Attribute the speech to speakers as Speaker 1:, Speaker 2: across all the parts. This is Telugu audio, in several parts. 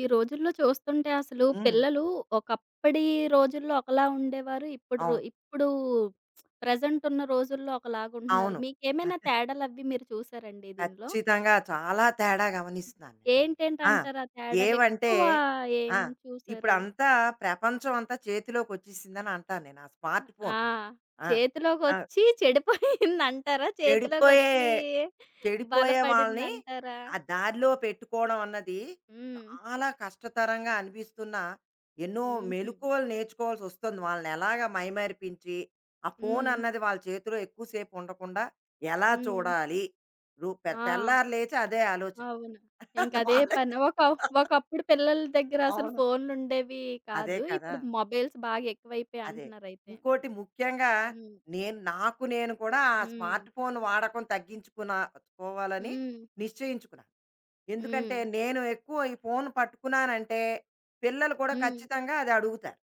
Speaker 1: ఈ రోజుల్లో చూస్తుంటే అసలు
Speaker 2: హ్మ్.
Speaker 1: పిల్లలు ఒకప్పటి రోజుల్లో ఒకలా ఉండేవారు. ఇప్పుడు రో
Speaker 2: అవును.
Speaker 1: ఇప్పుడు ప్రెజెంట్ ఉన్న రోజుల్లో ఒకలాగుంటున్నారు.
Speaker 2: అవును.
Speaker 1: మీకేమైనా
Speaker 2: అది
Speaker 1: తేడాలవి మీరు చూసారండి దీనిలో?
Speaker 2: ఖచ్చితంగా చాలా తేడా గమనిస్తున్నాను నేను. ఆ!
Speaker 1: ఏంటేంటంటారు ఆ తేడాలు?
Speaker 2: ఏవంటే
Speaker 1: ఎక్కువ
Speaker 2: ఆ!
Speaker 1: ఏం చూసారు?
Speaker 2: ఇప్పుడంతా ప్రపంచం అంతా చేతిలోకొచ్చేసిందని అంటాను నేను. ఆ స్మార్ట్ ఫోన్.
Speaker 1: ఆ!
Speaker 2: ఆ! ఆ!
Speaker 1: చేతిలోకొచ్చి చెడిపోయిందంటారా?
Speaker 2: చెడిపోయే
Speaker 1: చేతిలోకొచ్చి
Speaker 2: చెడిపోయే వాళ్ళని
Speaker 1: బలపడిందంటారా?
Speaker 2: ఆ దారిలో పెట్టుకోవడం అన్నది
Speaker 1: హ్మ్.
Speaker 2: చాలా కష్టతరంగా అనిపిస్తున్న ఎన్నో
Speaker 1: హుహు.
Speaker 2: మెలకువలు నేర్చుకోవాల్సి వస్తుంది. వాళ్ళని ఎలాగా మైమరిపించి, ఆ ఫోన్
Speaker 1: హ్మ్.
Speaker 2: అన్నది వాళ్ళ చేతిలో ఎక్కువసేపు ఉండకుండా ఎలా
Speaker 1: హ్మ్. హ్మ్.
Speaker 2: చూడాలి? రు పె
Speaker 1: ఆ!
Speaker 2: తెల్లారి లేచి అదే ఆలోచన.
Speaker 1: అవును.
Speaker 2: అది
Speaker 1: ఇంకదే
Speaker 2: వాళ్ళకే
Speaker 1: పని. ఒకప్పుడు పిల్లల దగ్గర అసలు
Speaker 2: అవును.
Speaker 1: ఫోన్లుండేవి
Speaker 2: అదే
Speaker 1: కాదు.
Speaker 2: కదా!
Speaker 1: ఇప్పుడు మొబైల్స్ బాగా ఎక్కువైపోయాయి
Speaker 2: అదే.
Speaker 1: అంటున్నారయితే.
Speaker 2: ఇంకోటి ముఖ్యంగా
Speaker 1: హ్మ్.
Speaker 2: నేను కూడా ఆ స్మార్ట్
Speaker 1: హ్మ్.
Speaker 2: ఫోన్ వాడకం తగ్గించుకున్నా కోవాలని
Speaker 1: హ్మ్.
Speaker 2: నిశ్చయించుకున్నాను. ఎందుకంటే
Speaker 1: హ్మ్.
Speaker 2: నేను ఎక్కువ ఈ ఫోన్ పట్టుకున్నానంటే పిల్లలు కూడా
Speaker 1: హ్మ్.
Speaker 2: ఖచ్చితంగా అది అడుగుతారు.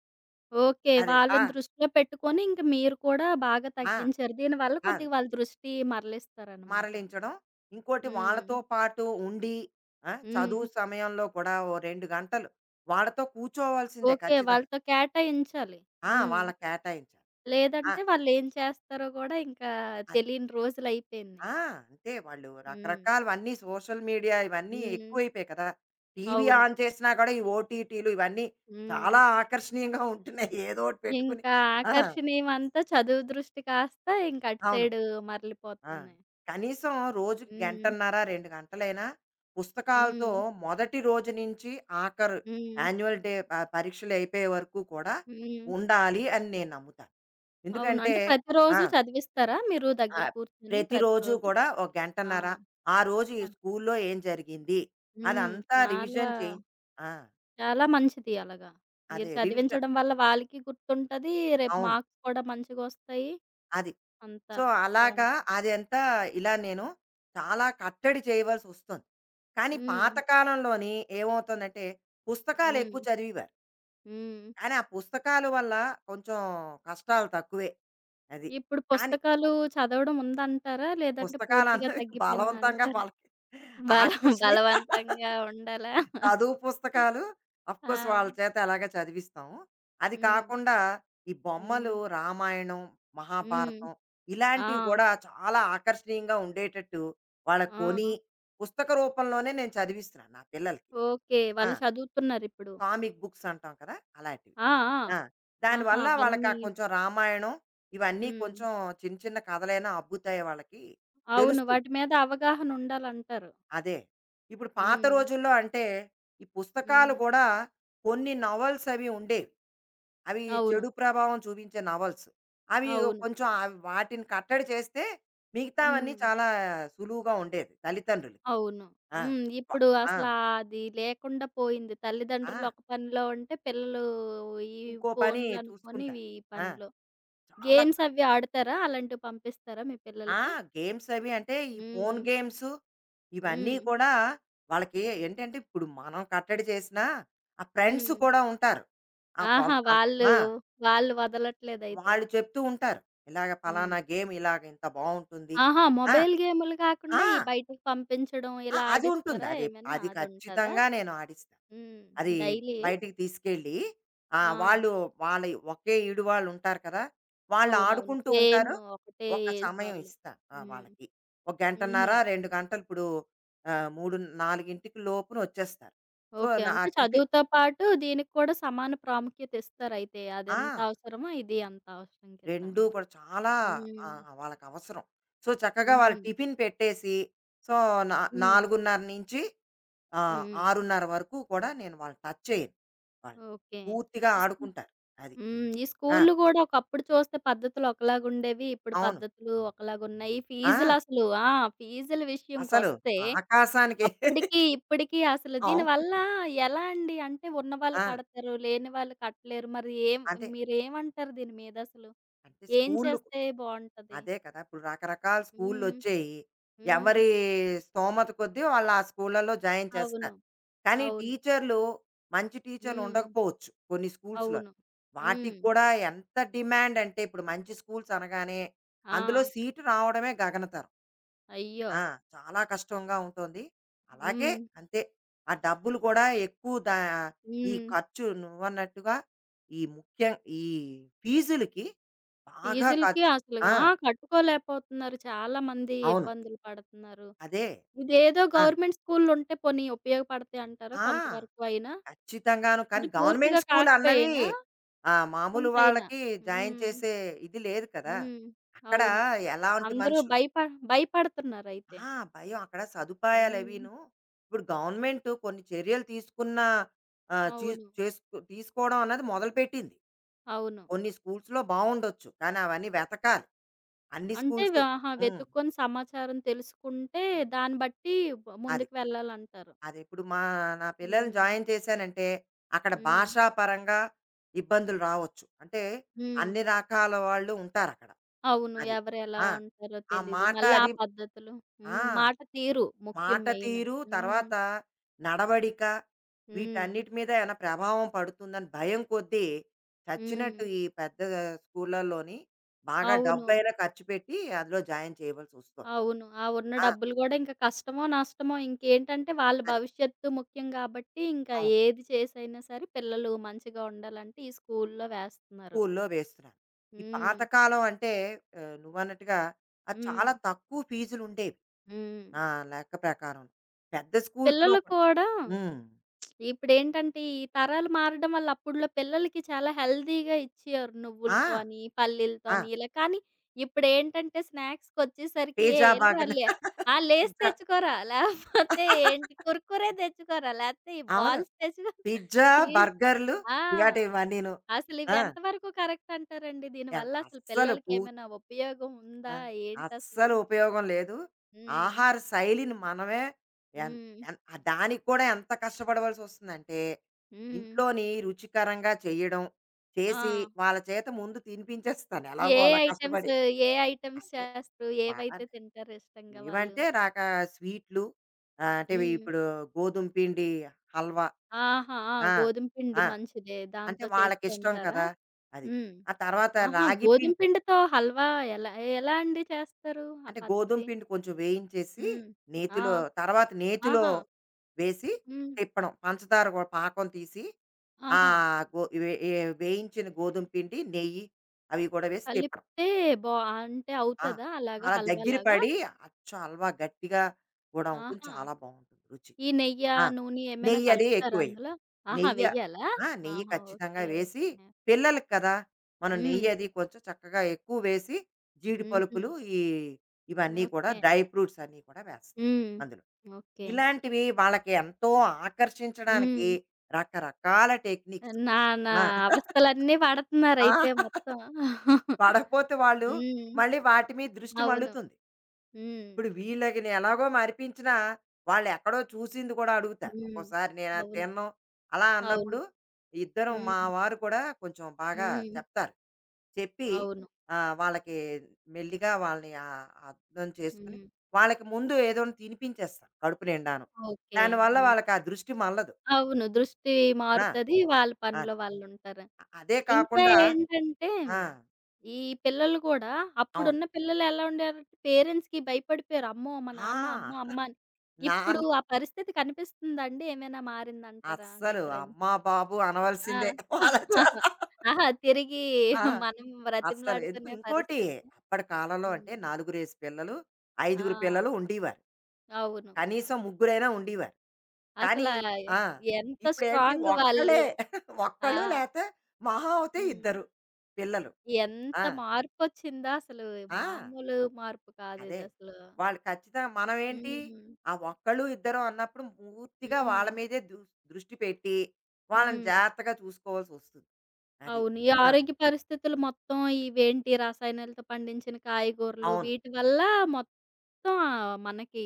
Speaker 1: ఓకే.
Speaker 2: అదే. ఆ!
Speaker 1: వాళ్ళని దృష్టిలో పెట్టుకొని ఇంక మీరు కూడా బాగా
Speaker 2: ఆ!
Speaker 1: తగ్గించారు. దీనివల్ల
Speaker 2: అదే.
Speaker 1: కొద్దిగా వాళ్ళ దృష్టి మరలిస్తారనమాట.
Speaker 2: మరలించడం. ఇంకోటి
Speaker 1: హ్మ్.
Speaker 2: వాళ్ళతో పాటు ఉండి ఆ! చదువు
Speaker 1: హ్మ్.
Speaker 2: సమయంలో కూడా ఓ 2 గంటలు వాళ్ళతో కూర్చోవాల్సిందే
Speaker 1: ఓకే.
Speaker 2: ఖచ్చితంగా.
Speaker 1: వాళ్ళతో కేటాయించాలి.
Speaker 2: ఆ!
Speaker 1: హ్మ్.
Speaker 2: వాళ్ళకి కేటాయించాలి. ఆ!
Speaker 1: లేదంటే వాళ్ళేం చేస్తారో గూడా ఇంకా
Speaker 2: అదే.
Speaker 1: తెలియని రోజులయిపోయినియి.
Speaker 2: ఆ! అంతే వాళ్ళు
Speaker 1: హ్మ్.
Speaker 2: రకరకాలవన్నీ సోషల్ మీడియా ఇవన్నీ
Speaker 1: హ్మ్.
Speaker 2: ఎక్కువైపోయాయి కదా! టీవీ
Speaker 1: అవును.
Speaker 2: ఆన్ చేసినా కూడా ఈ ఓటీటీలు ఇవన్నీ
Speaker 1: హ్మ్.
Speaker 2: చాలా ఆకర్షణీయంగా ఉంటున్నాయి. ఏదోకటి పెట్టుకుని.
Speaker 1: ఇంకా
Speaker 2: ఆ!
Speaker 1: ఆకర్షణీయమంతా చదువు దృష్టి కాస్త ఇంక అటు
Speaker 2: అవును.
Speaker 1: సైడు
Speaker 2: ఆ!
Speaker 1: మరలిపోతుంది.
Speaker 2: కనీసం రోజుకి
Speaker 1: హ్మ్.
Speaker 2: గంటన్నర, 2 గంటలైనా పుస్తకాలతో
Speaker 1: హ్మ్.
Speaker 2: మొదటి రోజు నుంచి ఆఖరు
Speaker 1: హ్మ్.
Speaker 2: యాన్యువల్ డే ప పరీక్షలయిపోయే వరకు కూడా
Speaker 1: హ్మ్.
Speaker 2: ఉండాలి అని నేను నమ్ముతాను.
Speaker 1: అవును.
Speaker 2: ఎందుకంటే
Speaker 1: అంటే
Speaker 2: ఆ!
Speaker 1: ప్రతిరోజు చదివిస్తారా మీరు దగ్గర
Speaker 2: ఆహ్,
Speaker 1: కూర్చొని
Speaker 2: ప్రతిరోజు
Speaker 1: ప్రతిరోజు?
Speaker 2: కూడా ఒక
Speaker 1: ఆ!
Speaker 2: గంటన్నర, ఆ రోజు ఈ
Speaker 1: ఆ!
Speaker 2: స్కూల్లో ఏం జరిగింది
Speaker 1: హ్మ్.
Speaker 2: అదంతా
Speaker 1: చాలా,
Speaker 2: రివిజన్ చేయి ఆ!
Speaker 1: చాలా మంచిది అలాగా. మీరు
Speaker 2: అదే రివిజన్
Speaker 1: చదివించడం వల్ల వాళ్ళకి గుర్తుంటది. రేపు
Speaker 2: అవును.
Speaker 1: మార్క్స్ కూడా మంచిగొస్తాయి.
Speaker 2: అది.
Speaker 1: అంతా
Speaker 2: సో, అలాగా
Speaker 1: బావుంటది.
Speaker 2: అదంతా ఇలా నేను చాలా కట్టడి చేయవలసొస్తుంది. కానీ
Speaker 1: హ్మ్.
Speaker 2: పాత కాలంలోని ఏమవుతుందంటే,
Speaker 1: హ్మ్.
Speaker 2: పుస్తకాలెక్కువ చదివేవారు.
Speaker 1: హ్మ్.
Speaker 2: కానీ ఆ పుస్తకాల వల్ల కొంచెం కష్టాలు తక్కువే. అది.
Speaker 1: ఇప్పుడు
Speaker 2: కానీ
Speaker 1: పుస్తకాలు చదవడం ఉందంటారా? లేదంటే పూర్తిగా
Speaker 2: పుస్తకాలన్నవి బలవంతంగా
Speaker 1: తగ్గిపోయిందంటారా?
Speaker 2: వాళ్ళకి ఆకర్షణీయ
Speaker 1: బలవంతంగా ఉండాలా?
Speaker 2: చదువు పుస్తకాలు
Speaker 1: ఆ!
Speaker 2: అఫ్కోర్స్ వాళ్ళ చేత ఎలాగ చదివిస్తాం. అది
Speaker 1: హ్మ్.
Speaker 2: కాకుండా ఈ
Speaker 1: హ్మ్.
Speaker 2: బొమ్మలు, రామాయణం,
Speaker 1: హ్మ్.
Speaker 2: మహాభారతం
Speaker 1: ఆ!
Speaker 2: ఇలాంటివి గూడా చాలా ఆకర్షణీయంగా ఉండేటట్టు వాళ్ళకి
Speaker 1: ఆ!
Speaker 2: కొని, పుస్తక రూపంలోనే నేను చదివిస్తున్నాను నా పిల్లలకి.
Speaker 1: ఓకే.
Speaker 2: ఆ!
Speaker 1: వాళ్ళు చదువుతున్నారిప్పుడు.
Speaker 2: కామిక్ బుక్స్ అంటాం కదా! అలాంటివి.
Speaker 1: ఆ! ఆ!
Speaker 2: ఆ!
Speaker 1: ఆహా!
Speaker 2: దానివల్ల వాళ్ళకి ఆ
Speaker 1: అవన్నీ
Speaker 2: కొంచెం రామాయణం ఇవన్నీ
Speaker 1: హ్మ్.
Speaker 2: కొంచెం చిన్న చిన్న కథలైనా అబ్బుతాయి వాళ్ళకి.
Speaker 1: అవును.
Speaker 2: తెలుస్తుంది.
Speaker 1: వాటి మీద అవగాహన ఉండాలంటారు.
Speaker 2: అదే. ఇప్పుడు పాత
Speaker 1: హ్మ్.
Speaker 2: రోజుల్లో అంటే, ఈ పుస్తకాలు
Speaker 1: హ్మ్.
Speaker 2: కూడా కొన్ని నవల్స్ అవి ఉండేవి. అవి
Speaker 1: అవును.
Speaker 2: చెడు ప్రభావం చూపించే నవల్స్. అవి
Speaker 1: అవును.
Speaker 2: కొంచెం అవి వాటిని కట్టడి చేస్తే మిగతావన్నీ
Speaker 1: హ్మ్.
Speaker 2: చాలా సులువుగా ఉండేది తల్లిదండ్రులకి.
Speaker 1: అవును.
Speaker 2: ఆ!
Speaker 1: హ్మ్.
Speaker 2: వ
Speaker 1: ఇప్పుడు
Speaker 2: ఆ!
Speaker 1: అసలా అది లేకుండా పోయింది.
Speaker 2: ఆ!
Speaker 1: తల్లిదండ్రులు ఒక పనిలో ఉంటే, పిల్లలు ఈ
Speaker 2: ఇంకో పని
Speaker 1: ఫోన్‌లనుకొని
Speaker 2: చూసుకుంటారు.
Speaker 1: ఇవి ఈ
Speaker 2: ఆ!
Speaker 1: పనిలో.
Speaker 2: చాలా
Speaker 1: గేమ్స్ అవి ఆడతారా? అలాంటివి పంపిస్తారా మీ
Speaker 2: ఆ!
Speaker 1: పిల్లలకి?
Speaker 2: గేమ్స్ అవి అంటే ఈ ఫోను
Speaker 1: హ్మ్.
Speaker 2: గేమ్సు ఇవన్నీ
Speaker 1: హ్మ్.
Speaker 2: కూడా వాళ్ళకి ఏంటంటే ఇప్పుడు మనం కట్టడి చేసినా, ఆ ఫ్రెండ్స్
Speaker 1: హ్మ్.
Speaker 2: కూడా ఉంటారు. ఆ కొన్
Speaker 1: ఆహా!
Speaker 2: అన్
Speaker 1: వాళ్ళు,
Speaker 2: ఆ!
Speaker 1: వాళ్ళు వదలట్లేదయితే.
Speaker 2: వాళ్ళు చెప్తూ ఉంటారు. ఇలాగ పలానా
Speaker 1: హ్మ్.
Speaker 2: గేమ్ ఇలాగ ఇంత బావుంటుంది.
Speaker 1: ఆహా!
Speaker 2: ఆ!
Speaker 1: మొబైల్ గేములు
Speaker 2: ఆ!
Speaker 1: కాకుండా ఈ బయటకి పంపించడం
Speaker 2: ఆ!
Speaker 1: ఇలా
Speaker 2: అది ఉంటుంది.
Speaker 1: ఆడిస్తారా
Speaker 2: అది
Speaker 1: ఏమైనా?
Speaker 2: అది
Speaker 1: అదుంటదా?
Speaker 2: ఖచ్చితంగా నేను ఆడిస్తా.
Speaker 1: హ్మ్.
Speaker 2: అది
Speaker 1: డైలీ?
Speaker 2: బయటికి తీసుకెళ్ళి ఆ!
Speaker 1: ఆ!
Speaker 2: వాళ్ళు వాళ్ళ ఒకే ఈడు వాళ్ళుంటారు కదా! వాళ్ళు
Speaker 1: అవునవును.
Speaker 2: ఆడుకుంటూ
Speaker 1: సేమ్
Speaker 2: ఉంటారు.
Speaker 1: ఒకటే
Speaker 2: ఒక
Speaker 1: ఏజ్
Speaker 2: సమయం
Speaker 1: వాళ్ళు.
Speaker 2: ఇస్తా ఆ!
Speaker 1: హ్మ్.
Speaker 2: వాళ్ళకి. ఒక గంటన్నర,
Speaker 1: హుహు.
Speaker 2: 2 గంటలు ఇప్పుడు 3, 4కి లోపున వచ్చేస్తారు. So,
Speaker 1: okay.
Speaker 2: నా
Speaker 1: అంటే
Speaker 2: టిఫి
Speaker 1: చదువుతో పాటు దీనికి కూడా సమాన ప్రాముఖ్యత ఇస్తారయితే.
Speaker 2: ఆ!
Speaker 1: అదెంత అవసరమో ఇది అంత అవసరం కింద.
Speaker 2: రెండూ కూడా చాలా ఆ!
Speaker 1: హ్మ్.
Speaker 2: వాళ్ళకి అవసరం. సో, చక్కగా వాళ్ళు
Speaker 1: హ్మ్.
Speaker 2: టిఫిన్ పెట్టేసి, సో, నా
Speaker 1: హ్మ్.
Speaker 2: 4:30 నుంచి
Speaker 1: హ్మ్.
Speaker 2: 6:30 వరకు కూడా నేను వాళ్ళని టచ్ చేయను. వాళ్ళు
Speaker 1: ఓకే.
Speaker 2: పూర్తిగా
Speaker 1: తీసుకు
Speaker 2: ఆడుకుంటారు. అది.
Speaker 1: హ్మ్. ఈ
Speaker 2: ఆ!
Speaker 1: స్కూల్లు గూడా ఒకప్పుడు చూస్తే పద్ధతులు ఒకలాగుండేవి. ఇప్పుడు
Speaker 2: అవును.
Speaker 1: పద్ధతులు ఒకలాగున్నాయి.
Speaker 2: ఆ!
Speaker 1: ఫీజులసలు ఆ! ఫీజుల
Speaker 2: అసలు
Speaker 1: విషయంకొస్తే
Speaker 2: ఆకాశానికి
Speaker 1: అప్పడికి, ఇప్పడికి అసలు దీనివల్ల
Speaker 2: అవును.
Speaker 1: ఎలా అండి? అంటే ఉన్నవాళ్ళు
Speaker 2: ఆ!
Speaker 1: కడతారు, లేని వాళ్ళు కట్టలేరు. మరి ఏం
Speaker 2: అంటే,
Speaker 1: మీరేమంటారు దీని మీద అసలు?
Speaker 2: అంటే
Speaker 1: ఏం
Speaker 2: స్కూలు
Speaker 1: చేస్తే బావుంటది?
Speaker 2: అదే కదా! ఇప్పుడు రకరకాల
Speaker 1: హ్మ్.
Speaker 2: స్కూళ్ళొచ్చాయి.
Speaker 1: హ్మ్.
Speaker 2: ఎవరి స్తోమత కొద్దీ వాళ్ళు ఆ స్కూళ్ళలో జాయిన్
Speaker 1: అవును.
Speaker 2: చేస్తారు. కానీ
Speaker 1: అవును.
Speaker 2: టీచర్లు మంచి టీచర్లు
Speaker 1: హ్మ్.
Speaker 2: ఉండకపోవచ్చు కొన్ని స్కూల్స్‌లో.
Speaker 1: అవును.
Speaker 2: వాటికి
Speaker 1: హ్మ్.
Speaker 2: కూడా ఎంత డిమాండ్ అంటే ఇప్పుడు మంచి స్కూల్స్ అనగానే అందులో
Speaker 1: ఆ!
Speaker 2: సీటు రావడమే గగనతరం.
Speaker 1: అయ్యో!
Speaker 2: ఆ! చాలా కష్టంగా ఉంటుంది. అలాగే
Speaker 1: హ్మ్.
Speaker 2: అంతే ఆ డబ్బులు కూడా ఎక్కువ దా ఈ
Speaker 1: హ్మ్.
Speaker 2: ఖర్చు నువ్వన్నట్టుగా ఈ ముఖ్యం ఈ ఫీజులకి బాగా
Speaker 1: ఫీజులకి
Speaker 2: ఖర్చు ఆ!
Speaker 1: అసలుగా ఆ! కట్టుకోలేకపోతున్నారు. చాలామంది
Speaker 2: అవును.
Speaker 1: ఇబ్బందులు పడుతున్నారు.
Speaker 2: అదే.
Speaker 1: ఇదేదో
Speaker 2: ఆ!
Speaker 1: గవర్నమెంట్ స్కూల్లుంటే పోనీ ఉపయోగపడతాయి అంటారా
Speaker 2: ఆ!
Speaker 1: కొంతవరకు అయినా?
Speaker 2: ఖచ్చితంగాను.
Speaker 1: అంటే
Speaker 2: కానీ
Speaker 1: పూర్తిగా
Speaker 2: గవర్నమెంట్ స్కూల్ అన్నవి
Speaker 1: కాకపోయినా
Speaker 2: మామూలు
Speaker 1: కొంతైనా.
Speaker 2: వాళ్ళకి జాయిన్
Speaker 1: హ్మ్.
Speaker 2: చేసే ఇది లేదు కదా!
Speaker 1: హ్మ్.
Speaker 2: అక్కడ
Speaker 1: అవును.
Speaker 2: ఎలాంటి
Speaker 1: అందరూ
Speaker 2: మనుషులు
Speaker 1: భయపడుతున్నారయితే.
Speaker 2: ఆ! భయం అక్కడ
Speaker 1: హ్మ్.
Speaker 2: సదుపాయాలవీను. ఇప్పుడు గవర్నమెంట్ కొన్ని చర్యలు తీసుకున్న చీ
Speaker 1: అవును.
Speaker 2: చేసుకు తీసుకోవడం అన్నది మొదలుపెట్టింది.
Speaker 1: అవును.
Speaker 2: కొన్ని స్కూల్స్‌లో బావుండొచ్చు. కానీ అవన్నీ వెతకాలి. అన్ని
Speaker 1: అంటే వ
Speaker 2: స్కూల్సు
Speaker 1: ఆహా!
Speaker 2: హ్మ్.
Speaker 1: వెతుక్కొని సమాచారం తెలుసుకుంటే దాన్ని బట్టి బ
Speaker 2: అది.
Speaker 1: ముందుకు వెళ్ళాలంటారు.
Speaker 2: అది ఇప్పుడు మా నా
Speaker 1: హ్మ్.
Speaker 2: పిల్లల్ని జాయిన్ చేశానంటే, అక్కడ
Speaker 1: హ్మ్.
Speaker 2: భాషాపరంగా ఇబ్బందులు రావచ్చు. అంటే,
Speaker 1: హ్మ్.
Speaker 2: అన్ని రకాల వాళ్ళు ఉంటారక్కడ.
Speaker 1: అవును.
Speaker 2: అది.
Speaker 1: ఎవరు ఎలా
Speaker 2: ఆ!
Speaker 1: ఉంటారో
Speaker 2: ఆ
Speaker 1: తెలీదు.
Speaker 2: మాట
Speaker 1: మళ్ళీ ఆ
Speaker 2: అది
Speaker 1: పద్ధతులు
Speaker 2: ఆ!
Speaker 1: హ్మ్. మాట తీరు ముఖ్యం
Speaker 2: మాట
Speaker 1: మెయిన్.
Speaker 2: తీరు,
Speaker 1: హ్మ్.
Speaker 2: తర్వాత నడవడిక,
Speaker 1: హ్మ్.
Speaker 2: వీటన్నిటి మీద ఏమైనా ప్రభావం పడుతుందని భయం కొద్దీ, చచ్చినట్టు
Speaker 1: హ్మ్.
Speaker 2: ఈ పెద్ద స్కూళ్ళల్లోని బాగా
Speaker 1: అవును.
Speaker 2: డబ్బైనా ఖర్చు పెట్టి అందులో జాయిన్ చేయవలసొస్తోంది.
Speaker 1: అవును. ఆ ఉన్న
Speaker 2: ఆ!
Speaker 1: డబ్బులు గూడా ఇంక కష్టమో, నష్టమో ఇంకేంటంటే వాళ్ళ
Speaker 2: అది.
Speaker 1: భవిష్యత్తు ముఖ్యం గాబట్టి, ఇంకా
Speaker 2: అవును.
Speaker 1: ఏది చేసైనా సరే పిల్లలు మంచిగా ఉండాలంటే ఈ స్కూల్‌లో వేస్తున్నారు.
Speaker 2: స్కూల్లో వేస్తున్నాను. ఈ
Speaker 1: హ్మ్.
Speaker 2: పాతకాలం అంటే నువ్వన్నట్టుగా అది చాలా
Speaker 1: హ్మ్.
Speaker 2: తక్కువ ఫీజులు ఉండేవి.
Speaker 1: హ్మ్.
Speaker 2: నా లెక్క ప్రకారం. పెద్ద స్కూల్స్‌లో
Speaker 1: పిల్లలు
Speaker 2: కూడా
Speaker 1: కూడా
Speaker 2: హ్మ్.
Speaker 1: ఇప్పుడేంటంటే, ఈ తరాలు మారడం వల్ల అప్పుడులో పిల్లలకి చాలా హెల్తీగా ఇచ్చేవారు.
Speaker 2: ఆ!
Speaker 1: నువ్వులతో అని, పల్లీలతో
Speaker 2: ఆ!
Speaker 1: అని ఇలా. కానీ ఇప్పుడేంటంటే, స్నాక్స్‌కొచ్చేసరికి "ఏ
Speaker 2: పిజ్జా
Speaker 1: ఎళ్ళిరా
Speaker 2: బర్గర్
Speaker 1: లే ఆ! లేస్
Speaker 2: పిజ్జా
Speaker 1: తెచ్చుకోరా, లేకపోతే ఏంటి కుర్కురే తెచ్చుకోరా, లేకపోతే ఈ
Speaker 2: అవును.
Speaker 1: బాల్స్ తెచ్చుకో
Speaker 2: పిజ్జా,
Speaker 1: చీజ్"
Speaker 2: బర్గర్‌లు
Speaker 1: ఆ!
Speaker 2: ఇలాంటివన్నీను.
Speaker 1: అసలు ఇవి
Speaker 2: ఆ!
Speaker 1: ఎంతవరకు కరెక్ట్ అంటారండి?
Speaker 2: ఎన్
Speaker 1: దీనివల్ల అసలు
Speaker 2: అస్సలు
Speaker 1: పిల్లలకి
Speaker 2: పూ
Speaker 1: ఏమైనా ఉపయోగం
Speaker 2: ఆ!
Speaker 1: ఉందా? ఏంటసలు?
Speaker 2: అస్సలు ఉపయోగం లేదు.
Speaker 1: హ్మ్.
Speaker 2: ఆహార శైలిని మనమే ఎన్
Speaker 1: హ్మ్.
Speaker 2: ఎన్ ఆ దానికి కూడా ఎంత కష్టపడవలసొస్తుందంటే,
Speaker 1: హ్మ్.
Speaker 2: ఇంట్లోని రుచికరంగా చేయడం, చేసి
Speaker 1: ఆ!
Speaker 2: వాళ్ళ చేత ముందు తినిపించేస్తాను
Speaker 1: ఏ
Speaker 2: ఎలాగో అలా
Speaker 1: ఐటెమ్స్,
Speaker 2: కష్టపడి.
Speaker 1: ఏ ఐటెమ్స్
Speaker 2: అంటే
Speaker 1: చేస్తారు?
Speaker 2: చాలా
Speaker 1: ఏవైతే తింటారు ఇష్టంగా వాళ్ళు?
Speaker 2: ఏవంటే నాకా స్వీట్లు అంటే ఇవి
Speaker 1: హ్మ్.
Speaker 2: ఇప్పుడు గోధుమ పిండి హల్వా.
Speaker 1: ఆహా! ఆ!
Speaker 2: ఆ!
Speaker 1: గోధుమ పిండి
Speaker 2: ఆ!
Speaker 1: మంచిదే.
Speaker 2: అంటే
Speaker 1: దాంతో చేస్తూ
Speaker 2: వాళ్ళకిష్టం
Speaker 1: ఉంటారా?
Speaker 2: కదా! అది.
Speaker 1: హ్మ్.
Speaker 2: ఆ తర్వాత
Speaker 1: ఆహా!
Speaker 2: రాగి పిం
Speaker 1: గోధుమ పిండితో హల్వా ఎలా ఎలా అండి చేస్తారు? ఆ
Speaker 2: అంటే గోధుమ
Speaker 1: పద్ధతి?
Speaker 2: పిండి కొంచెం వేయించేసి
Speaker 1: హ్మ్. ఆ!
Speaker 2: నేతిలో తర్వాత నేతిలో
Speaker 1: ఆహా!
Speaker 2: వేసి
Speaker 1: హ్మ్.
Speaker 2: తిప్పడం. పంచదార గూడా పాకం తీసి ఆ
Speaker 1: ఆహా!
Speaker 2: గో వే ఏ వేయించిన గోధుమ పిండి, నెయ్యి అవి కూడా వేసి తిప్పడం.
Speaker 1: కలిపితే బా అంటే
Speaker 2: ఆ!
Speaker 1: అవుతదా అలాగా
Speaker 2: అలా
Speaker 1: హల్వా
Speaker 2: దగ్గర
Speaker 1: లాగా?
Speaker 2: పడి అచ్చు హల్వా గట్టిగా గూడా ఉంటుంది.
Speaker 1: ఆహా!
Speaker 2: చాలా బావుంటుంది రుచి.
Speaker 1: ఈ నెయ్యా,
Speaker 2: ఆ!
Speaker 1: నూనె ఏమైనా
Speaker 2: నెయ్యి అది
Speaker 1: కలుపుతారా
Speaker 2: ఎక్కువేయాలి.
Speaker 1: అందులో? ఆహా!
Speaker 2: నెయ్య
Speaker 1: వెయ్యాలా?
Speaker 2: ఆ! నెయ్యి
Speaker 1: ఆహా!
Speaker 2: ఖచ్చితంగా
Speaker 1: ఓకే.
Speaker 2: వేసి,
Speaker 1: ఓకే.
Speaker 2: పిల్లలకి కదా! మనం
Speaker 1: హ్మ్.
Speaker 2: నెయ్యి అది కొంచెం చక్కగా ఎక్కువ వేసి, జీడి
Speaker 1: హుహు.
Speaker 2: పలుకులు ఈ ఇవన్నీ కూడా
Speaker 1: ఓకే.
Speaker 2: డ్రై ఫ్రూట్స్ అన్నీ కూడా వేస్తాం
Speaker 1: హ్మ్.
Speaker 2: అందులో.
Speaker 1: ఓకే.
Speaker 2: ఇలాంటివి వాళ్ళకి ఎంతో ఆకర్షించడానికి
Speaker 1: హ్మ్.
Speaker 2: రకరకాల టెక్నిక్స్.
Speaker 1: నా నా
Speaker 2: ఆ!
Speaker 1: అవస్థలన్నీ
Speaker 2: ఆ!
Speaker 1: పడతన్నారయితే మొత్తం.
Speaker 2: పడకపోతే వాళ్ళు
Speaker 1: హ్మ్.
Speaker 2: మళ్ళీ వాటి మీద దృష్టి
Speaker 1: అవును.
Speaker 2: మళ్ళుతుంది.
Speaker 1: హ్మ్.
Speaker 2: ఇప్పుడు వీళ్ళకి నేను ఎలాగో మరిపించినా వాళ్ళు ఎక్కడో చూసింది కూడా అడుగుతారు.
Speaker 1: హ్మ్.
Speaker 2: ఒక్కోసారి నేను అది
Speaker 1: అవును.
Speaker 2: తినను అలా
Speaker 1: అవును.
Speaker 2: అన్నప్పుడు ఇద్దరం మా
Speaker 1: హ్మ్.
Speaker 2: వారు కూడా కొంచెం బాగా
Speaker 1: హ్మ్.
Speaker 2: చెప్తారు. చెప్పి
Speaker 1: అవును.
Speaker 2: వాళ్ళకి మెల్లిగా వాళ్ళని అర్థం చేసుకొని
Speaker 1: హ్మ్.
Speaker 2: వాళ్ళకి ముందు ఏదోని తినిపించేస్తాను కడుపు నిండాను.
Speaker 1: ఓకే.
Speaker 2: దానివల్ల
Speaker 1: ఆ!
Speaker 2: వాళ్ళకి ఆ దృష్టి మళ్ళదు.
Speaker 1: అవును. దృష్టి
Speaker 2: ఆ!
Speaker 1: మారుతది. వాళ్ళ పనిలో
Speaker 2: అది.
Speaker 1: వాళ్ళుంటారు.
Speaker 2: అదే
Speaker 1: ఇంకా
Speaker 2: కాకుండా
Speaker 1: ఏంటంటే,
Speaker 2: ఆ!
Speaker 1: ఈ పిల్లలు కూడా
Speaker 2: అవును.
Speaker 1: అప్పుడున్న పిల్లలెలా ఉండారంటే, పేరెంట్స్‌కి భయపడిపోయారు. అమ్మో! మా
Speaker 2: ఆ!
Speaker 1: నాన్న అమ్మో! అమ్మ అని. ఇప్పుడు
Speaker 2: నాన్న
Speaker 1: ఆ పరిస్థితి కనిపిస్తుందండి? ఏమైనా మారిందంటారా
Speaker 2: అస్సలు
Speaker 1: డిఫరెన్స్?
Speaker 2: అమ్మా, బాబు అనవలసిందే
Speaker 1: ఆ!
Speaker 2: వాళ్ళ చో
Speaker 1: ఆహా! తిరిగి
Speaker 2: ఆ!
Speaker 1: మనం
Speaker 2: అస్సలు ఎందుకు
Speaker 1: బ్రతిమలాడుకునే
Speaker 2: ఇంకోటి
Speaker 1: పరిస్థితి.
Speaker 2: అప్పటి కాలంలో అంటే
Speaker 1: హ్మ్.
Speaker 2: నాలుగురేసి పిల్లలు, ఐదుగురు
Speaker 1: ఆ!
Speaker 2: పిల్లలు ఉండేవారు.
Speaker 1: అవును.
Speaker 2: కనీసం ముగ్గురైనా ఉండేవారు. కానీ
Speaker 1: అసలా
Speaker 2: ఆ!
Speaker 1: ఎంత
Speaker 2: ఇప్పుడేంటి
Speaker 1: స్ట్రాంగ్ వాళ్ళు.
Speaker 2: ఒక్కళ్ళే
Speaker 1: ఆ!
Speaker 2: ఒక్కళ్ళు లేతే మహా అవుతే
Speaker 1: హ్మ్.
Speaker 2: ఇద్దరు పిల్లలు.
Speaker 1: ఎంత
Speaker 2: ఆ!
Speaker 1: మార్పొచ్చిందో అసలు
Speaker 2: ఆ!
Speaker 1: మామూలు మార్పు
Speaker 2: అదే.
Speaker 1: కాదిదసలు.
Speaker 2: వాళ్ళు ఖచ్చితంగా మనమేంటి
Speaker 1: హ్మ్.
Speaker 2: ఆ ఒక్కళ్ళు, ఇద్దరు అన్నప్పుడు పూర్తిగా
Speaker 1: హ్మ్.
Speaker 2: వాళ్ళ మీదే దృష్టి పెట్టి, వాళ్ళని
Speaker 1: హ్మ్.
Speaker 2: జాగ్రత్తగా చూసుకోవాల్సొస్తుంది. అది.
Speaker 1: అవును. ఈ
Speaker 2: ఆ!
Speaker 1: ఆరోగ్య పరిస్థితులు మొత్తం ఇవేంటి రసాయనాలతో పండించిన కాయగూరలు
Speaker 2: అవును.
Speaker 1: వీటి వల్ల మొత్తం మనకి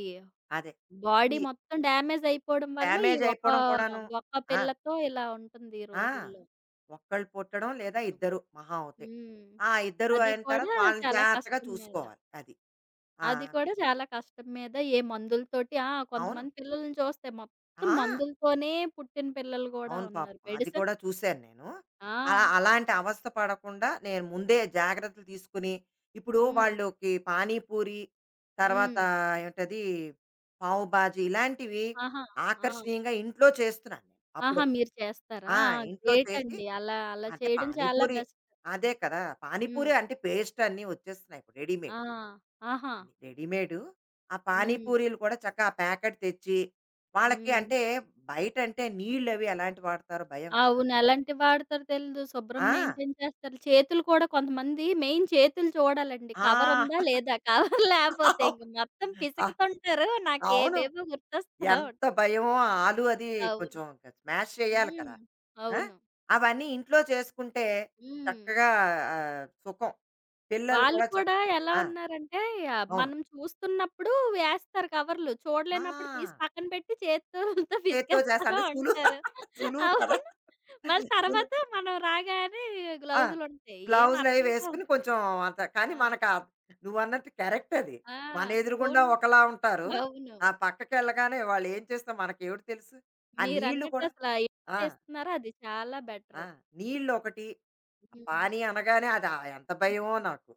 Speaker 2: అదే.
Speaker 1: బాడీ
Speaker 2: ఈ
Speaker 1: మొత్తం డ్యామేజ్ అయిపోవడం వల్ల
Speaker 2: డ్యామేజ్ అయిపోవడం కూడాను.
Speaker 1: ఒక
Speaker 2: ఆ!
Speaker 1: పిల్లతో ఇలా ఉంటుంది ఈ
Speaker 2: ఆ!
Speaker 1: రోజుల్లో.
Speaker 2: ఒక్కళ్ళు పుట్టడం లేదా
Speaker 1: అప్పట్లో.
Speaker 2: ఇద్దరు మహా అవుతే.
Speaker 1: హ్మ్.
Speaker 2: ఆ! ఇద్దరు
Speaker 1: అది
Speaker 2: అయిన తర్వాత
Speaker 1: కూడా
Speaker 2: వాళ్ళని
Speaker 1: చాలా
Speaker 2: జాగ్రత్తగా
Speaker 1: కష్టం మీద.
Speaker 2: చూసుకోవాలి. అది. ఆ!
Speaker 1: అది కూడా చాలా కష్టం మీద ఏ మందులతోటి ఆ!
Speaker 2: అవును.
Speaker 1: కొంతమంది పిల్లల్ని చూస్తే మొత్తం
Speaker 2: ఆ!
Speaker 1: మందులతోనే పుట్టిన పిల్లలు గూడా
Speaker 2: అవును పాపం.
Speaker 1: ఉన్నారు.
Speaker 2: అది
Speaker 1: మెడిసిన్
Speaker 2: కూడా చూశాను నేను. అలా
Speaker 1: ఆ!
Speaker 2: అలాంటి అవస్థ పడకుండా నేను ముందే జాగ్రత్తలు తీసుకొని, ఇప్పుడు
Speaker 1: హ్మ్.
Speaker 2: వాళ్ళకి పానీపూరి, తర్వాత
Speaker 1: హ్మ్.
Speaker 2: ఏమిటది పావు బాజీ ఇలాంటివి
Speaker 1: ఆహా! ఆ!
Speaker 2: ఆకర్షణీయంగా ఇంట్లో చేస్తున్నాను నేను. అప్పుడు
Speaker 1: ఆహా! మీరు చేస్తారా?
Speaker 2: ఆ!
Speaker 1: ఆ!
Speaker 2: ఇంట్లో
Speaker 1: గ్రేట్
Speaker 2: చేసి
Speaker 1: అండి. అలా అలా
Speaker 2: అంటే
Speaker 1: చేయడం చాలా
Speaker 2: పానీపూరి
Speaker 1: బెస్ట్.
Speaker 2: అదే కదా!
Speaker 1: హ్మ్.
Speaker 2: పానీపూరి అంటే పేస్ట్ అన్నీ వచ్చేస్తున్నాయి ఇప్పుడు
Speaker 1: ఆ!
Speaker 2: రెడీమేడ్.
Speaker 1: ఆహా!
Speaker 2: రెడీమేడు. ఆ
Speaker 1: హ్మ్.
Speaker 2: పానీపూరీలు కూడా చక్కగా ఆ ప్యాకెట్ తెచ్చి, వాళ్ళకి
Speaker 1: హ్మ్.
Speaker 2: అంటే బయటంటే నీళ్ళవి ఎలాంటివి వాడతారో భయం కదా!
Speaker 1: అవును. ఎలాంటివి వాడతారో తెలీదు. శుభ్రం
Speaker 2: ఆ!
Speaker 1: మెయింటైన్ చేస్తారు. చేతులు కూడా కొంతమంది మెయిన్ చేతులు చూడాలండి.
Speaker 2: ఆ!
Speaker 1: కవర్ ఉందా లేదా? కవర్ లేపోతే ఇంక మొత్తం
Speaker 2: అ
Speaker 1: పిసుకుతుంటారు.
Speaker 2: అవును.
Speaker 1: నాకేవేవో గుర్తొస్తా
Speaker 2: ఎంత
Speaker 1: ఉంటాయి.
Speaker 2: భయమో ఆ ఆలు అది
Speaker 1: అవును.
Speaker 2: కొంచెం స్మాష్ చేయాలి
Speaker 1: హ్మ్.
Speaker 2: కదా! ఆ!
Speaker 1: అవును.
Speaker 2: అవన్నీ ఇంట్లో చేసుకుంటే
Speaker 1: హ్మ్.
Speaker 2: చక్కగా సుఖం. పిల్లలు
Speaker 1: వాళ్ళు
Speaker 2: కూడా చక్
Speaker 1: కూడా ఎలా
Speaker 2: ఆ!
Speaker 1: ఉన్నారంటే, ఆహ్,
Speaker 2: అవును.
Speaker 1: మనం చూస్తున్నప్పుడు వేస్తారు కవర్లు.
Speaker 2: ఆ!
Speaker 1: చూడలేనప్పుడు తీసి పక్కన పెట్టి చేతులతో
Speaker 2: చేత్తో చేస్తా
Speaker 1: పిసికేస్తా
Speaker 2: అంటే సులువు
Speaker 1: ఉంటారు.
Speaker 2: సులువు కదా!
Speaker 1: అవును. మళ్ళీ
Speaker 2: సులువు.
Speaker 1: తర్వాత మనం రాగానే
Speaker 2: ఆ!
Speaker 1: గ్లౌజులుంటాయి. ఏం
Speaker 2: గ్లౌజులయి
Speaker 1: అర్థం
Speaker 2: వేసుకొని
Speaker 1: కాదు.
Speaker 2: కొంచెం అంత కానీ
Speaker 1: ఆ!
Speaker 2: మనకా నువ్వన్నట్టు కరెక్ట్ అది.
Speaker 1: ఆ!
Speaker 2: మన ఎదురుగుండా
Speaker 1: ఫోను
Speaker 2: ఒకలా ఉంటారు.
Speaker 1: అవును.
Speaker 2: ఆ పక్కకెళ్ళగానే వాళ్ళేం చేస్తాం మనకేవిటి తెలుసు. ఆ నీళ్ళు
Speaker 1: మీరన్నట్టు
Speaker 2: కూడా
Speaker 1: అసల
Speaker 2: ఆ!
Speaker 1: ఇంట్లో ఇస్తున్నారు అది చాలా
Speaker 2: ఆ!
Speaker 1: బెటరు.
Speaker 2: నీళ్ళొకటి,
Speaker 1: హ్మ్.
Speaker 2: పానీ అనగానే అది ఎంత భయమో
Speaker 1: హ్మ్.
Speaker 2: నాకు.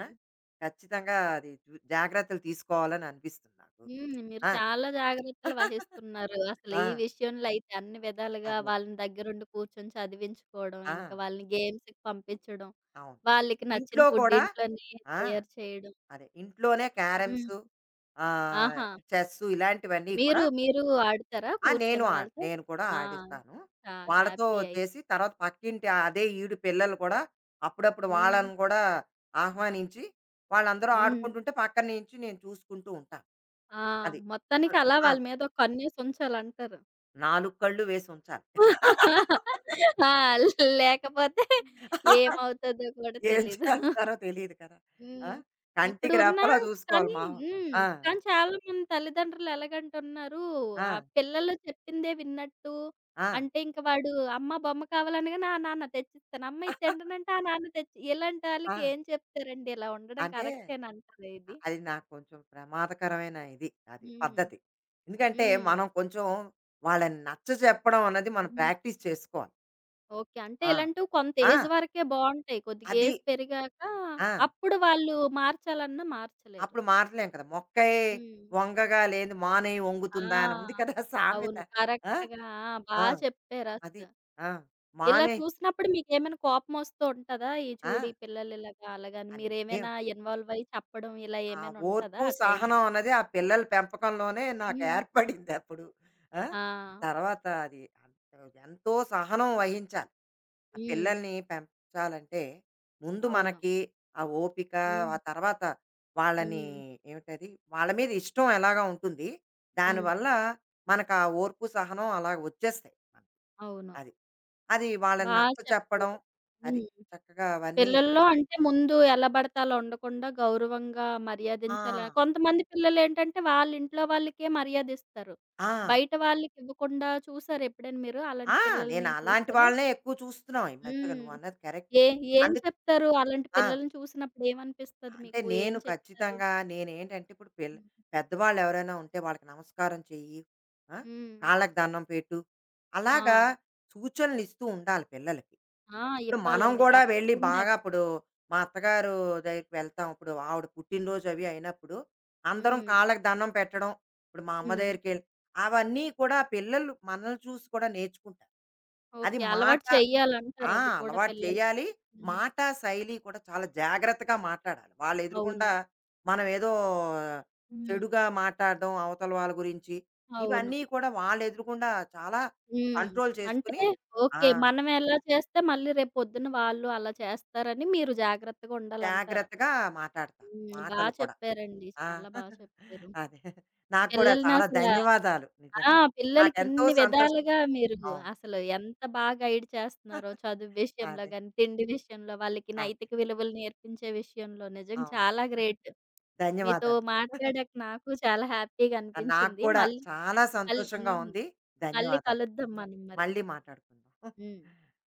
Speaker 2: ఆ! ఖచ్చితంగా అది జు జాగ్రత్తలు తీసుకోవాలని అనిపిస్తుంది నాకు.
Speaker 1: హ్మ్. మీరు
Speaker 2: ఆ!
Speaker 1: చాలా జాగ్రత్తలు వహిస్తున్నారు. అసలు
Speaker 2: ఆ!
Speaker 1: ఈ విషయంలో అయితే అన్ని విధాలుగా
Speaker 2: అదే.
Speaker 1: వాళ్ళని దగ్గరుండి కూర్చొని చదివించుకోవడం,
Speaker 2: ఆ!
Speaker 1: ఇంకా వాళ్ళని గేమ్స్‌కి పంపించడం,
Speaker 2: అవును.
Speaker 1: వాళ్ళకి నచ్చిన
Speaker 2: ఇంట్లో
Speaker 1: ఫుడ్
Speaker 2: కూడా
Speaker 1: ఇంట్లోనే
Speaker 2: ఆ!
Speaker 1: తయారు చేయడం.
Speaker 2: అదే. ఇంట్లోనే
Speaker 1: హ్మ్.
Speaker 2: క్యారమ్స్, ఆహ్,
Speaker 1: ఆహా!
Speaker 2: చెస్సు ఇలాంటివన్నీ కూడా
Speaker 1: మీరు మీరు ఆడతారా
Speaker 2: ఆ! నేను
Speaker 1: కూర్చొని
Speaker 2: ఆడ్
Speaker 1: వాళ్ళతో?
Speaker 2: నేను కూడా
Speaker 1: ఆ!
Speaker 2: ఆడిస్తాను.
Speaker 1: ఆ!
Speaker 2: వాళ్ళతో
Speaker 1: హ్యాపీ అయితే.
Speaker 2: చేసి తర్వాత పక్కింటి అదే ఈడు పిల్లలు కూడా అప్పుడప్పుడు
Speaker 1: హ్మ్.
Speaker 2: వాళ్ళని కూడా ఆహ్వానించి, వాళ్ళందరూ
Speaker 1: హ్మ్.
Speaker 2: ఆడుకుంటుంటే పక్కన నుంచి నేను చూసుకుంటూ ఉంటాను.
Speaker 1: ఆ!
Speaker 2: అది.
Speaker 1: మొత్తానికి
Speaker 2: అలా
Speaker 1: అలా
Speaker 2: ఆ!
Speaker 1: వాళ్ళ మీద ఒక కన్నేసి ఉంచాలంటారు.
Speaker 2: 4 కళ్ళు వేసి ఉంచాలి.
Speaker 1: ఆ! లేకపోతే ఏమవుతదో కూడా
Speaker 2: ఏం
Speaker 1: తెలీదు.
Speaker 2: చేస్తారో తెలీదు కదా! ఆ!
Speaker 1: హ్మ్. ఇప్పుడు
Speaker 2: కంటికి
Speaker 1: ఉన్న
Speaker 2: రెప్పలా చూసుకోవాలి.
Speaker 1: కానీ
Speaker 2: మా
Speaker 1: హ్మ్.
Speaker 2: ఆ!
Speaker 1: కానీ చాలామంది తల్లిదండ్రులు ఎలాగంటున్నారు, ఆహ్,
Speaker 2: ఆ!
Speaker 1: పిల్లలు చెప్పిందే విన్నట్టు
Speaker 2: ఆ!
Speaker 1: అంటే ఇంక వాడు అమ్మ బొమ్మ కావాలనగానే, "ఆ! నాన్న తెచ్చిస్తాను." అమ్మ ఇది తింటనంటే, "ఆ! నాన్న తెచ్చి" ఇలాంటి
Speaker 2: ఆ!
Speaker 1: ఆళ్ళకి ఏం చెప్తారండి? ఇలా ఉండడం
Speaker 2: అంటే
Speaker 1: కరెక్టేనంటారా
Speaker 2: అ-
Speaker 1: ఇది?
Speaker 2: అది నాకు కొంచెం ప్రమాదకరమైన ఇది అది
Speaker 1: హ్మ్.
Speaker 2: పద్ధతి ఎందుకంటే
Speaker 1: హ్మ్.
Speaker 2: మనం కొంచెం వాళ్ళని నచ్చ చెప్పడం అన్నది మనం
Speaker 1: హ్మ్.
Speaker 2: ప్రాక్టీస్ చేసుకోవాలి
Speaker 1: ఓకే. అంటే
Speaker 2: ఆ,
Speaker 1: ఇలాంటివి కొంత
Speaker 2: ఆ,
Speaker 1: ఏజ్ వరకే బావుంటాయి. కొద్దిగా
Speaker 2: అది
Speaker 1: ఏజ్ పెరిగాక
Speaker 2: ఆ,
Speaker 1: అప్పుడు వాళ్ళు మార్చాలన్నా మార్చలేరు.
Speaker 2: అప్పుడు మారలేం కదా మొక్కై
Speaker 1: హ్మ్.
Speaker 2: వంగగా లేని మానే వంగుతుందా
Speaker 1: ఆ!
Speaker 2: అని ఉంది కదా సామెత
Speaker 1: అవును.
Speaker 2: ఆ,
Speaker 1: కరెక్ట్‌గా. ఆ! బా
Speaker 2: ఆ, అది
Speaker 1: చెప్పారసలు.
Speaker 2: ఆ,
Speaker 1: ఇలా
Speaker 2: మానే
Speaker 1: చూసినప్పుడు మీకేమైనా కోపమొస్తూ ఉంటదా? ఈ
Speaker 2: ఆ,
Speaker 1: చూడు ఈ పిల్లలు ఇలాగా అలాగని
Speaker 2: అన్నీ
Speaker 1: మీరేమైనా ఇన్వాల్వ్ అయ్యి చెప్పడం ఇలా
Speaker 2: ఆ
Speaker 1: ఏమైనా ఉంటదా
Speaker 2: ఓర్పు
Speaker 1: ఆ
Speaker 2: సహనం
Speaker 1: టైంలో?
Speaker 2: అన్నది ఆ పిల్లల పెంపకంలోనే నాకు
Speaker 1: హ్మ్.
Speaker 2: ఏర్పడింది అప్పుడు ఆ,
Speaker 1: ఆ!
Speaker 2: తర్వాత అది ఎంతో సహనం వహించాలి ఆ
Speaker 1: హ్మ్.
Speaker 2: పిల్లల్ని పెంచాలంటే ముందు
Speaker 1: అవును.
Speaker 2: మనకి ఆ ఓపిక, ఆ
Speaker 1: హ్మ్.
Speaker 2: తర్వాత వాళ్ళని
Speaker 1: హ్మ్.
Speaker 2: ఏమిటది వాళ్ళ మీద ఇష్టం ఎలాగా ఉంటుంది.
Speaker 1: హ్మ్.
Speaker 2: దానివల్ల మనకు ఆ ఓర్పు, సహనం అలా వచ్చేస్తాయి. మనకి.
Speaker 1: అవును.
Speaker 2: అది. అది వాళ్ళని
Speaker 1: బా
Speaker 2: నచ్చచెప్పడం.
Speaker 1: చెప్పారు.
Speaker 2: అది.
Speaker 1: హ్మ్.
Speaker 2: చక్కగా అవన్నీ
Speaker 1: పిల్లల్లో అంటే ముందు ఎలా పడితే అలా ఉండకుండా గౌరవంగా
Speaker 2: ఆ!
Speaker 1: మర్యాదించాల కొంతమంది పిల్లలేంటంటే వాళ్ళ ఇంట్లో వాళ్ళకే మర్యాదిస్తారు.
Speaker 2: ఆ!
Speaker 1: బయట వాళ్ళకివ్వకుండా చూసారా ఎప్పుడైనా మీరు?
Speaker 2: ఆ!
Speaker 1: అలాంటి
Speaker 2: నేను
Speaker 1: పిల్లల్ని
Speaker 2: అలాంటి
Speaker 1: చూసారా?
Speaker 2: వాళ్ళనే ఎక్కువ చూస్తున్నాం ఈ మధ్యన.
Speaker 1: హ్మ్.
Speaker 2: నువ్వన్నది కరెక్ట్.
Speaker 1: ఏ ఏం
Speaker 2: అందుక్
Speaker 1: చెప్తారు? అలాంటి
Speaker 2: ఆ!
Speaker 1: పిల్లల్ని చూసినప్పుడు ఏమనిపిస్తది
Speaker 2: అంటే
Speaker 1: మీకు? ఏం
Speaker 2: నేను
Speaker 1: చెప్తారు?
Speaker 2: ఖచ్చితంగా నేనేంటంటే ఇప్పుడు పిల్ల పెద్దవాళ్ళు ఎవరైనా ఉంటే వాళ్ళకి నమస్కారం చెయ్యి, ఆ!
Speaker 1: హ్మ్.
Speaker 2: కాళ్ళకి దండం పెట్టు.
Speaker 1: ఆ!
Speaker 2: అలాగా సూచనలు ఇస్తూ ఉండాలి పిల్లలకి.
Speaker 1: ఆ!
Speaker 2: ఇప్పుడు మనం
Speaker 1: ఇవ్వాలండి.
Speaker 2: గూడా వెళ్ళి
Speaker 1: తప్పకుండా
Speaker 2: బాగా
Speaker 1: ఇవ్వాలి.
Speaker 2: ఇప్పుడు మా అత్తగారు దగ్గరికి వెళ్తాం. ఇప్పుడు ఆవిడ పుట్టినరోజు అవి అయినప్పుడు అందరం
Speaker 1: హ్మ్.
Speaker 2: కాళ్ళకి దండం పెట్టడం, ఇప్పుడు మా అమ్మ
Speaker 1: హ్మ్.
Speaker 2: దగ్గరికెళ్ళి అవన్నీ కూడా పిల్లలు మనల్ని చూసి కూడా నేర్చుకుంటారు. అది
Speaker 1: ఓకే.
Speaker 2: మాట
Speaker 1: అలవాటు చెయ్యాలంటారు
Speaker 2: ఆ!
Speaker 1: అవి కూడా
Speaker 2: అలవాటు
Speaker 1: పిల్లలకి.
Speaker 2: చేయాలి.
Speaker 1: హ్మ్.
Speaker 2: మాట శైలి కూడా చాలా జాగ్రత్తగా మాట్లాడాలి. వాళ్ళు
Speaker 1: అవును.
Speaker 2: ఎదురుగుండా మనం ఏదో
Speaker 1: హ్మ్.
Speaker 2: చెడుగా మాట్లాడడం అవతల వాళ్ళ గురించి,
Speaker 1: అవును.
Speaker 2: ఇవన్నీ కూడా వాళ్ళు ఎదురుగుండా చాలా
Speaker 1: హ్మ్.
Speaker 2: కంట్రోల్
Speaker 1: అంటే
Speaker 2: చేసుకొని ఆ!
Speaker 1: ఓకే. మనం ఎలా చేస్తే మళ్ళీ రేపు పొద్దున్న వాళ్ళు అలా చేస్తారని మీరు జాగ్రత్తగా ఉండాలంటారు.
Speaker 2: జాగ్రత్తగా మాటాడతాను.
Speaker 1: హ్మ్. బా
Speaker 2: మాటలు కూడా.
Speaker 1: చెప్పారండి.
Speaker 2: ఆ!
Speaker 1: చాలా బా చెప్పారు.
Speaker 2: అదే. నాకు కూడా
Speaker 1: పిల్లల్ని
Speaker 2: చాలా
Speaker 1: అసల
Speaker 2: ధన్యవాదాలు
Speaker 1: ఆ!
Speaker 2: నిజంగా.
Speaker 1: పిల్లలకి
Speaker 2: నాకెంతో
Speaker 1: ఇన్ని
Speaker 2: సంతోషం.
Speaker 1: విధాలుగా మీరు
Speaker 2: అవును.
Speaker 1: అసలు ఎంత బా గైడ్ చేస్తున్నారో చదువు విషయంలో
Speaker 2: అదే.
Speaker 1: గాని, తిండి విషయంలో, వాళ్ళకి
Speaker 2: అదే.
Speaker 1: నైతిక విలువలు నేర్పించే విషయంలో నిజంగా
Speaker 2: అవును.
Speaker 1: చాలా గ్రేట్. మీతో
Speaker 2: ధన్యవాదాలండి.
Speaker 1: మాట్లాడాక నాకు చాలా హ్యాపీగా
Speaker 2: నాకు
Speaker 1: అనిపించింది.
Speaker 2: కూడా
Speaker 1: మళ్ళీ
Speaker 2: చాలా
Speaker 1: మళ్
Speaker 2: సంతోషంగా
Speaker 1: హ్మ్.
Speaker 2: ఉంది.
Speaker 1: మళ్ళీ
Speaker 2: ధన్యవాదాలు.
Speaker 1: కలుద్దాం మనం మరి.
Speaker 2: మళ్ళీ మాట్లాడుకుందాం
Speaker 1: హ్మ్.